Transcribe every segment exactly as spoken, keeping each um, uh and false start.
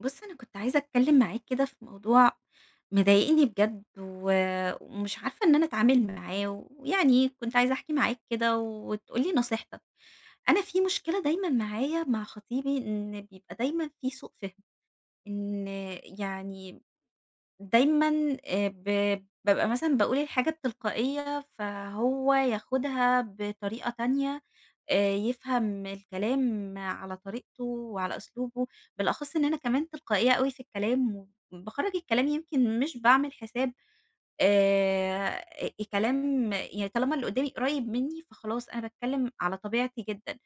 بُص، أنا كنت عايزة أتكلم معاك كده في موضوع مضايقني بجد و ومش عارفة إن أنا أتعامل معاه، ويعني كنت عايزة أحكي معاك كده وتقول لي نصيحتك. أنا في مشكلة دايمًا معايا مع خطيبي إن بيبقى دايمًا في سوء فِهم، إن يعني دايمًا آآ ب بابقى مثلًا باقول الحاجة بتلقائية، فهو ياخدها بطريقة تانية، آآ يفهم الكلام على طريقته وعلى أسلوبه، بالأخص إن أنا كمان تلقائية أوي في الكلام، وباخرّج الكلام يمكن مش باعمل حساب آآ كلام يعني طالما اللي قدّامي قريّب منّي، فخلاص أنا باتكلّم على طبيعتي جدًا.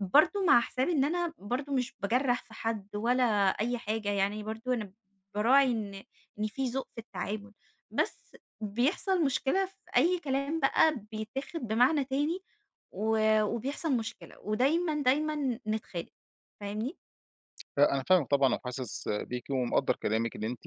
برضه مع حساب إن أنا برضه مش باجرّح في حد ولا أي حاجة، يعني برضه أنا باراعي إن إن في ذوق في التعامل. بس بيحصل مشكلة في أي كلام بقى بيتاخد بمعنى تاني و وبيحصل مشكلة، ودايمًا، دايمًا نتخانق، فاهمني؟ لأ، أنا فاهمِك طبعًا وحاسس بيكِ ومقدّر كلامِك، إن أنتِ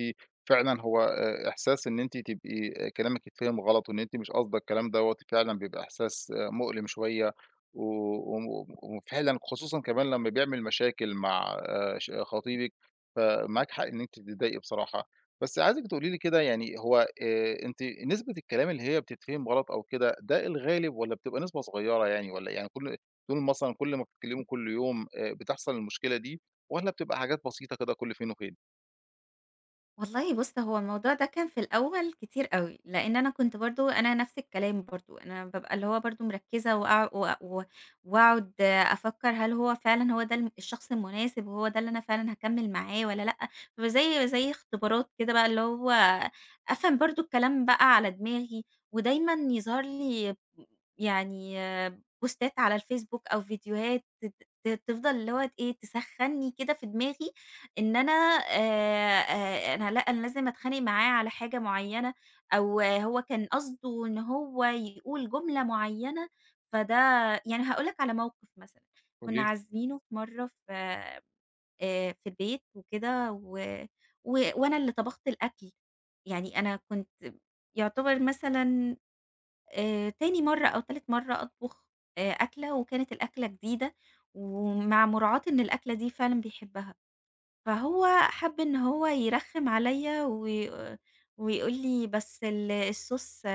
فعلًا هو آآ إحساس إن أنتِ تبقي آآ كلامِك يتفهم غلط، وإن أنتِ مش قاصدة الكلام دوّة، فعلًا بيبقى إحساس آه، مؤلم شوية. و و وفعلًا خصوصًا كمان لمّا بيعمل مشاكل مع آآ ش خطيبِك، فمعاكِ حق إن أنتِ تتضايقي بصراحة. بس عايزِك تقولي لي كده، يعني هو آآ أنتِ نسبة الكلام اللي هي بتتفهم غلط أو كده، ده الغالب، والّا بتبقى نسبة صغيرة يعني، والّا يعني كل طول مثلًا، كل ما بتتكلموا كل يوم آآ بتحصل المشكلة دي؟ والّا بتبقى حاجات بسيطة كده كل فين وفين؟ والله بُص، هو الموضوع ده كان في الأول كتير أوي، لإن أنا كنت برضه أنا نفس الكلام برضه، أنا بابقى اللي هو برضه مركّزة وأع و و وأقعد أفكّر هل هو فعلًا هو ده الم الشخص المناسب وهو ده اللي أنا فعلًا هاكمّل معاه والّا لأ، بيبقى زي زي اختبارات كده بقى اللي هو أفهم برضه الكلام بقى على دماغي، ودايمًا يظهر لي يعني آه، بوستات على الفيسبوك أو فيديوهات ت ت تفضل اللي هو إيه، تسخّنّي كده في دماغي إن أنا آآ آآ أنا لأ، أنا لازم أتخانق معاه على حاجة معيّنة أو آه، هو كان قصده إن هو يقول جملة معيّنة، فده يعني هاقول لك على موقف مثلًا، قولي كنا لي. عازمينه في مرّة في آآ في البيت وكده و و وأنا اللي طبخت الأكل، يعني أنا كنت يعتبر مثلًا آآ تاني مرّة أو تالت مرّة أطبخ آآ أكلة وكانت الأكلة جديدة ومع مراعاة إن الأكلة دي فعلًا بيحبها. فهو حَب إن هو يرخّم عليّا وي ويقول لي: "بس ال الSauce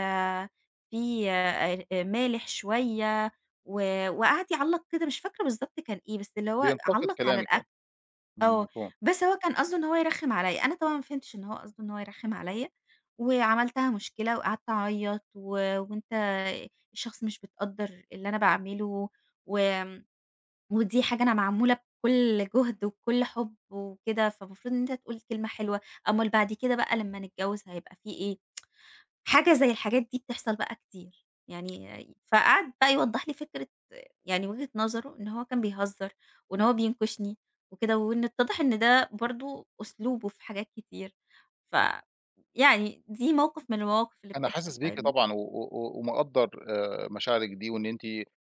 فيه آآ مالح شوية." و وقعد يعلّق كده مش فاكرة بالضبط كان إيه، بس اللي هو بينتقد علّق على كلامِك يعني. الأكل إمم، آه، مفهوم. بس هو كان قصده إن هو يرخّم عليّا، أنا طبعًا ما فهمتش إن هو قصده إن هو يرخّم عليّا، وعملتها مشكلة وقعدت أعيّط و وأنت الشخص مش بتقدّر اللي أنا باعمله، وآمم ودي حاجة أنا معمولة بكل جهد وبكل حب وكده، فالمفروض إن أنت تقول كلمة حلوة، أومال بعد كده بقى لمّا نتجوّز هيبقى في إيه؟ حاجة زي الحاجات دي بتحصل بقى كتير، يعني فقعد بقى يوضّح لي فكرة يعني وجهة نظره إن هو كان بيهزّر وإن هو بينكشني وكده، وإن اتضح إن ده برضه أسلوبه في حاجات كتير، ف يعني دي موقِف من المواقِف اللي أنا بتحصل، حاسس بيكِ فاهمني؟ طبعًا، و و و ومقدّر آآ مشاعرِك دي، وإن أنتِ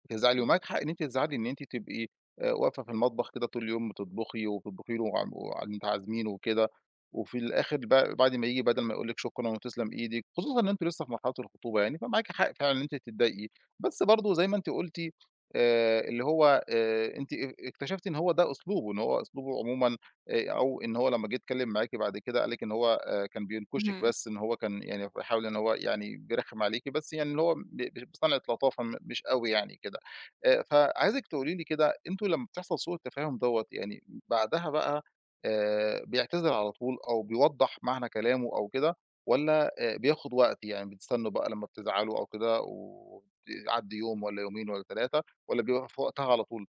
تزعلي، ومعاكِ حق إن أنتِ تزعلي، إن أنتِ تبقي آآ واقفة في المطبخ كده طول اليوم بتطبخي وبتطبخي له، وع وع أنتم عازمينه وكده، وفي الآخر ب بعد ما ييجي بدل ما يقول لِك شكرًا وتسلم إيدِك، خصوصًا إن أنتم لسه في مرحلة الخطوبة يعني، فمعاكِ حق فعلًا إن أنتِ تتضايقي. بس برضه زي ما أنتِ قُلتِ آآ اللي هو آآ أنتِ اك اكتشفتِ إن هو ده أسلوبه، إن هو أسلوبه عمومًا، آآ أو إن هو لمّا جه يتكلم معاكِ بعد كده قال لِك إن هو كان بينكشِك، اهم. بس إن هو كان يعني بيحاول إن هو يعني بيرخّم عليكِ، بس يعني اللي هو ب ب بصنعة لطافة م مش أوي يعني كده. آآ فعايزِك تقولي لي كده، أنتم لمّا بتحصل سوء التفاهم دوّة، يعني بعدها بقى آآ بيعتذر على طول، أو بيوضّح معنى كلامه أو كده، والّا آآ بياخُد وقت، يعني بتستنّوا بقى لمّا بتزعلوا أو كده وت يعدّي يوم والّا يومين والّا ثلاثة، والّا بيبقى في وقتها على طول؟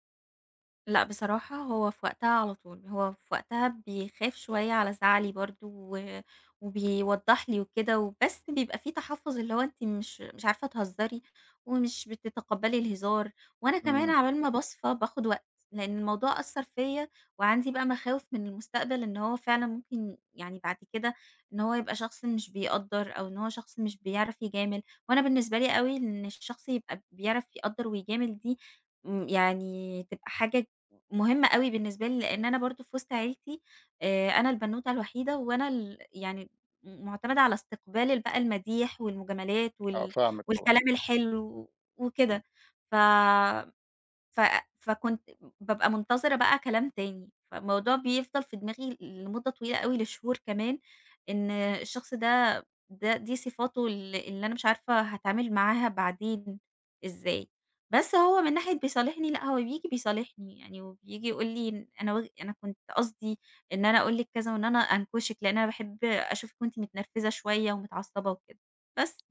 لأ بصراحة هو في وقتها على طول، هو في وقتها بيخاف شوية على زعلي برضه و وبيوضّح لي وكده وبس بيبقى في تحفُّظ اللي هو أنتِ مش مش عارفة تهزّري ومش بتتقبّلي الهزار، وأنا كمان إمم. عبال ما باصفى باخُد وقت، لإن الموضوع أثّر فيّا وعندي بقى مخاوف من المستقبل إن هو فعلًا ممكن يعني بعد كده إن هو يبقى شخص مش بيقدّر أو إن هو شخص مش بيعرف يجامل، وأنا بالنسبة لي أوي إن الشخص يبقى بيعرف يقدّر ويجامل دي امم، يعني تبقى حاجة مهمة أوي بالنسبة لي، لإن أنا برضه في وسط عيلتي آآ أنا البنوتة الوحيدة، وأنا ال يعني م مُعتمدة على استقبال ال بقى المديح والمجاملات آه، وال فاهمِك طبعًا. والكلام الحلو وكده، ف ف فكنت بابقى منتظرة بقى كلام تاني، فالموضوع بيفضل في دماغي لمدة طويلة أوي لشهور كمان، إن الشخص ده ده دي صفاته ال اللي أنا مش عارفة هاتعامل معاها بعدين إزاي، بس هو من ناحية بيصالحني لأ، هو بييجي بيصالحني يعني وبييجي يقول لي إن أنا و أنا كنت قصدي إن أنا أقول لِك كذا وإن أنا أنكشِك، لإن أنا باحب أشوفِك وأنتِ متنرفزة شوية ومتعصبة وكده، بس.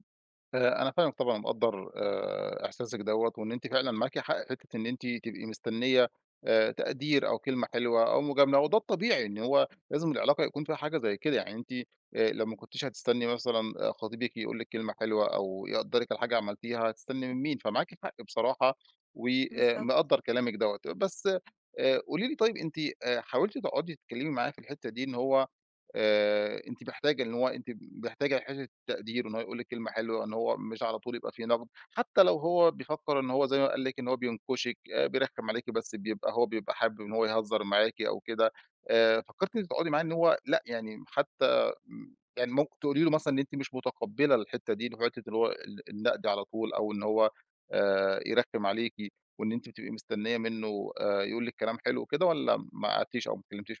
آآ أنا فاهمِك طبعًا، ومقدّر آآ إحساسِك دوّة، وإن أنتِ فعلًا معاكِ حق حتّة إن أنتِ تبقي مستنية آآ تقدير أو كلمة حلوة أو مجاملة، وده الطبيعي، إن هو لازم العلاقة يكون فيها حاجة زي كده، يعني أنتِ آآ لو ما كنتيش هتستني مثلًا آآ خطيبِك يقول لِك كلمة حلوة أو يقدّرِك على حاجة عملتيها، هتستني من مين؟ فمعاكِ حق بصراحة، وآآ بالضبط. مقدّر كلامِك دوّة، بس آآ قولي لي طيب، أنتِ آآ حاولتِ تقعدي تتكلمي معاه في الحتّة دي، إن هو آآ أنتِ محتاجة، إن هو أنتِ محتاجة حتة التقدير، وإن هو يقول لِك كلمة حلوة، إن هو مش على طول يبقى في نقد، حتى لو هو بيفكّر إن هو زي ما قال لِك إن هو بينكشِك، آآ بيرخّم عليكِ، بس بيبقى هو بيبقى حابب إن هو يهزّر معاكِ أو كده، آآ فكّرتِ إنِّك تقعدي معاه إن هو لأ، يعني حتى م يعني ممكن تقولي له مثلًا إن أنتِ مش متقبّلة الحتّة دي، اللي هو حتّة اللي هو ال النقد على طول، أو إن هو آآ يرخّم عليكِ، وإن أنتِ بتبقي مستنية منّه آآ يقول لِك كلام حلو وكده، والّا ما قعدتيش أو ما اتكلمتيش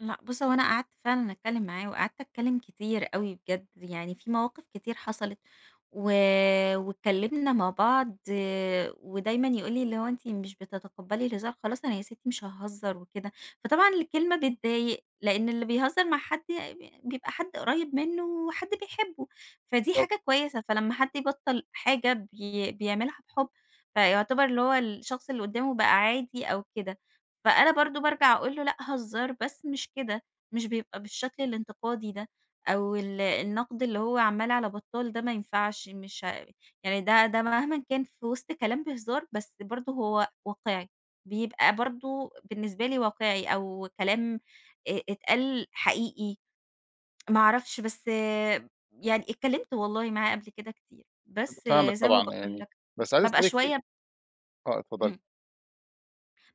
لأ بُص، هو أنا قعدت فعلًا أتكلّم معاه، وقعدت أتكلّم كتير أوي بجد، يعني في مواقف كتير حصلت و واتكلمنا مع بعض آه، ودايمًا يقول لي اللي هو أنتِ مش بتتقبّلي الهزار، خلاص أنا يا ستي مش هاهزر وكده، فطبعًا الكلمة بتضايق، لإن اللي بيهزر مع حد بيبقى حد قريب منه وحد بيحبه، فدي معاه؟ حاجة كويسة، فلمّا حد يبطّل حاجة بي بيعملها بحُب، فيعتبر اللي هو الشخص اللي قدّامه بقى عادي أو كده، فأنا برضه بارجع أقول له لأ هزار بس مش كده، مش بيبقى بالشكل الانتقادي ده. أو ال النقد اللي هو عمّال على بطّال ده ما ينفعش مش ه يعني ده ده مهمًا كان في وسط كلام بهزار، بس برضه هو واقعي، بيبقى برضه بالنسبة لي واقعي أو كلام آآ اتقال حقيقي ما أعرفش، بس يعني اتكلّمت والله معاه قبل كده كتير، بس فاهمِك زي ما طبعًا باقول يعني، لك بس عايز بابقى أسألِك. شوية آه، اتفضلي. إمم،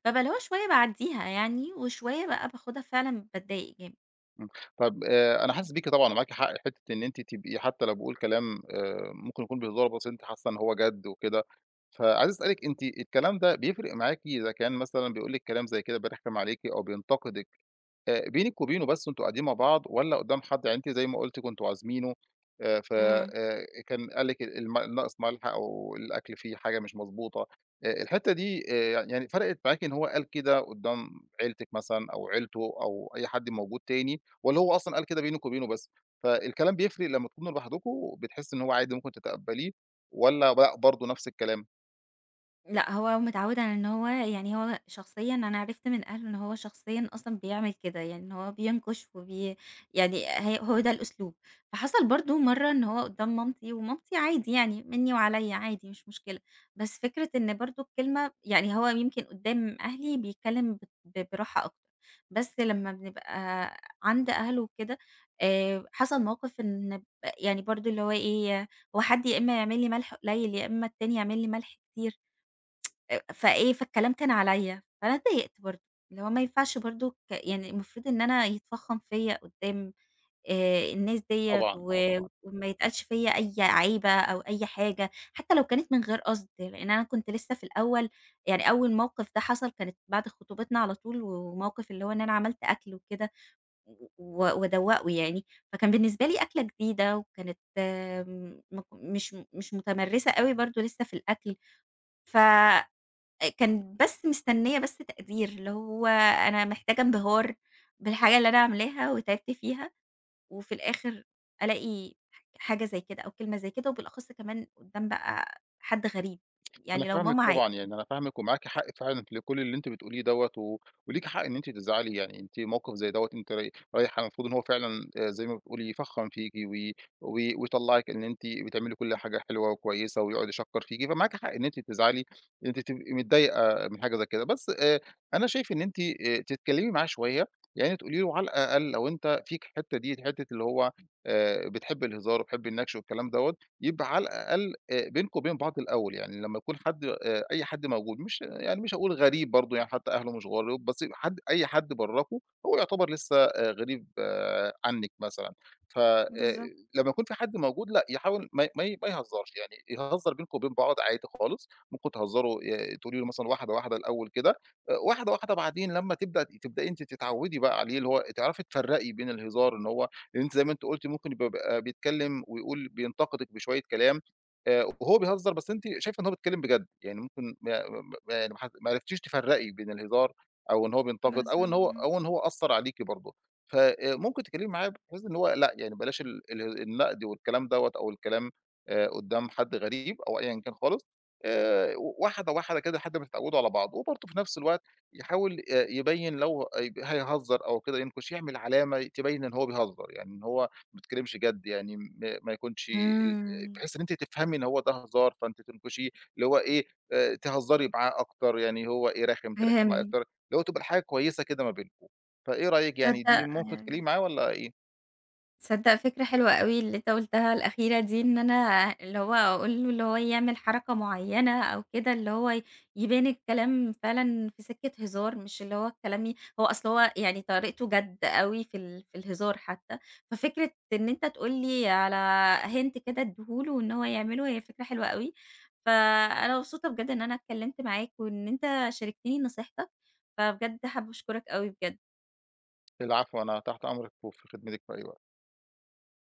بابقى اللي هو شوية باعدّيها يعني وشوية بقى باخدها فعلًا باتضايق جامد. إمم، طب آآ أنا حاسس بيكِ طبعًا ومعاكِ حق، حتة إن أنتِ تبقي، حتى لو بيقول كلام آآ ممكن يكون بهزار بس أنتِ حاسة إن هو جد وكده، فعايز أسألِك، أنتِ الكلام ده بيفرق معاكِ إذا كان مثلًا بيقول لِك كلام زي كده بيحكم عليكِ أو بينتقدِك آآ بينِك وبينه بس وأنتم قاعدين مع بعض، والّا قدّام حد؟ يعني أنتِ زي ما قُلتِ كنتم عازمينه، آآ ف إمم. آآ كان قال لِك الم ناقص ملح أو الأكل فيه حاجة مش مضبوطة. آآ الحتّة دي آآ يعني فرقِت معاكِ إن هو قال كده قدّام عيلتِك مثلًا، أو عيلته، أو أي حد موجود تاني، والّا هو أصلًا قال كده بينِك وبينه بس؟ فالكلام بيفرق لمّا تكونوا لوحدكم، بتحسّي إن هو عادي ممكن تتقبّليه، والّا لأ برضه نفس الكلام؟ لأ، هو متعوّد على إن هو يعني هو شخصيًا أنا عرفت من أهله إن هو شخصيًا أصلًا بيعمل كده، يعني إن هو بينكش وبي يعني هي هو ده الأسلوب. فحصل برضه مرّة إن هو قدّام مامتي، ومامتي عادي يعني منّي وعليّا عادي مش مشكلة، بس فكرة إن برضه الكلمة يعني هو يمكن قدّام أهلي بيتكلّم ب ب- براحة أكتر، بس لمّا بنبقى عند أهله وكده آآ، حصل موقِف إن ب يعني برضه اللي هو إيه، هو حد يا إمّا يعمل لي ملح قليّل، يا إمّا التاني يعمل لي ملح كتير. آآ، فإيه، فالكلام كان عليَّ، فأنا اتضايقت برضه، اللي هو ما ينفعش برضه ك يعني المفروض إن أنا يتفخّم فيَّ قدّام آآ، الناس ديّة طبعًا، آه و طبعًا. وما يتقالش فيَّ أي عيبة أو أي حاجة، حتى لو كانت من غير قصد، لإن أنا كنت لسه في الأول، يعني أول موقف ده حصل كانت بعد خطوبتنا على طول، وموقف اللي هو إن أنا عملت أكل وكده و وادوّقه يعني، فكان بالنسبة لي أكلة جديدة، وكانت آمم، مك مش مش متمرسة أوي برضه لسه في الأكل، ف آآ كان بس مستنية بس تقدير، اللي هو أنا محتاجة انبهار بالحاجة اللي أنا عاملاها وتعبت فيها، وفي الآخر ألاقي ح حاجة زي كده أو كلمة زي كده، وبالأخص كمان قدّام بقى حد غريب، أنا يعني لو فاهمِك ماما عادي. طبعًا، يعني أنا فاهمِك ومعاكِ حق فعلًا في كل اللي أنتِ بتقوليه دوّة، و وليكِ حق إن أنتِ تزعلي. يعني أنتِ موقف زي دوّة، أنتِ راي رايحة، المفروض إن هو فعلًا آآ زي ما بتقولي فخّم فيكِ، و و وطلّعِك إن أنتِ بتعملي كل حاجة حلوة وكويسة، ويقعد يشكّر فيكِ، فمعاكِ حق إن أنتِ تزعلي، ان أنتِ تبقي متضايقة من حاجة زي كده، بس آآ أنا شايف إن أنتِ آآ تتكلمي معاه شوية، يعني تقولي له على الأقل، لو أنت فيك الحتّة دي، حتّة اللي هو آآ بتحب الهزار وبتحب النكش والكلام دوّة، يبقى على الأقل آآ بينكم وبين بعض الأول، يعني لمّا يكون حد، آآ أي حد موجود، مش يعني مش هاقول غريب برضه، يعني حتى أهله مش غراب، بس حد، أي حد براكم هو يعتبر لسه آآ غريب، آه، عنِّك مثلًا، ف آآ بالضبط، لمّا يكون في حد موجود لأ، يحاول ما ما ما يهزرش، يعني يهزر بينكم وبين بعض عادي خالص، ممكن تهزروا، آآ تقولي له مثلًا واحدة، واحدة الأول كده، آآ واحدة، واحدة بعدين لمّا تبدأ تبدئي أنتِ تتعودي بقى عليه، اللي هو تعرفي تفرّقي بين الهزار، إن هو، لأن أنتِ زي ما أنتِ قُلتِ ممكن يبقى بيبقى بيتكلّم ويقول بينتقدِك بشوية كلام، آآ، وهو بيهزّر، بس أنتِ شايفة إن هو بيتكلّم بجد، يعني ممكن ما ما يعني ما ح ما عرفتيش تفرّقي بين الهزار، أو إن هو بينتقد، بالضبط، أو إن هو إمم. أو إن هو أثّر عليكِ برضه، ف آآ، ممكن تتكلّمي معاه بحيث إن هو لأ، يعني بلاش ال اله النقد والكلام دوّة، أو الكلام آآ، قدّام حد غريب أو أيًا كان خالص، آآ، واحدة، واحدة كده لحد ما تتعوّدوا على بعض، وبرضه في نفس الوقت يحاول آآ يبيّن لو هيب هيهزّر أو كده ينكش، يعمل علامة تبيّن إن هو بيهزّر، يعني إن هو ما بيتكلمش جَد، يعني م ما يكونش ال إمم، بحيث إن أنتِ تفهمي إن هو ده هزار، فأنتِ تنكشيه، اللي هو إيه، آآ تهزّري معاه أكتر، يعني هو إيه، رخم، ترخمي عليه فهمت، أكتر، اللي هو تبقى الحاجة كويسة كده ما بينكم. فإيه رأيِك، يعني دي تصدق ممكن تتكلمي معاه والّا إيه؟ تصدّق فكرة حلوة أوي اللي أنت قُلتها الأخيرة دي، إن أنا اللي هو أقول له اللي هو يعمل حركة معيّنة أو كده، اللي هو ي يبان الكلام فعلًا في سكة هزار، مش اللي هو الكلام ي هو أصل هو يعني طريقته جَد أوي في ال في الهزار حتى، ففكرة إن أنت تقول لي على hint كده ادّيه له إن هو يعمله، هي فكرة حلوة أوي، فأنا مبسوطة بجد إن أنا اتكلّمت معاك وإن أنت شاركتني نصيحتك، فبجد حابة أشكرك أوي بجد. العفو، أنا تحت أمرِك وفي خدمتِك في أي وقت.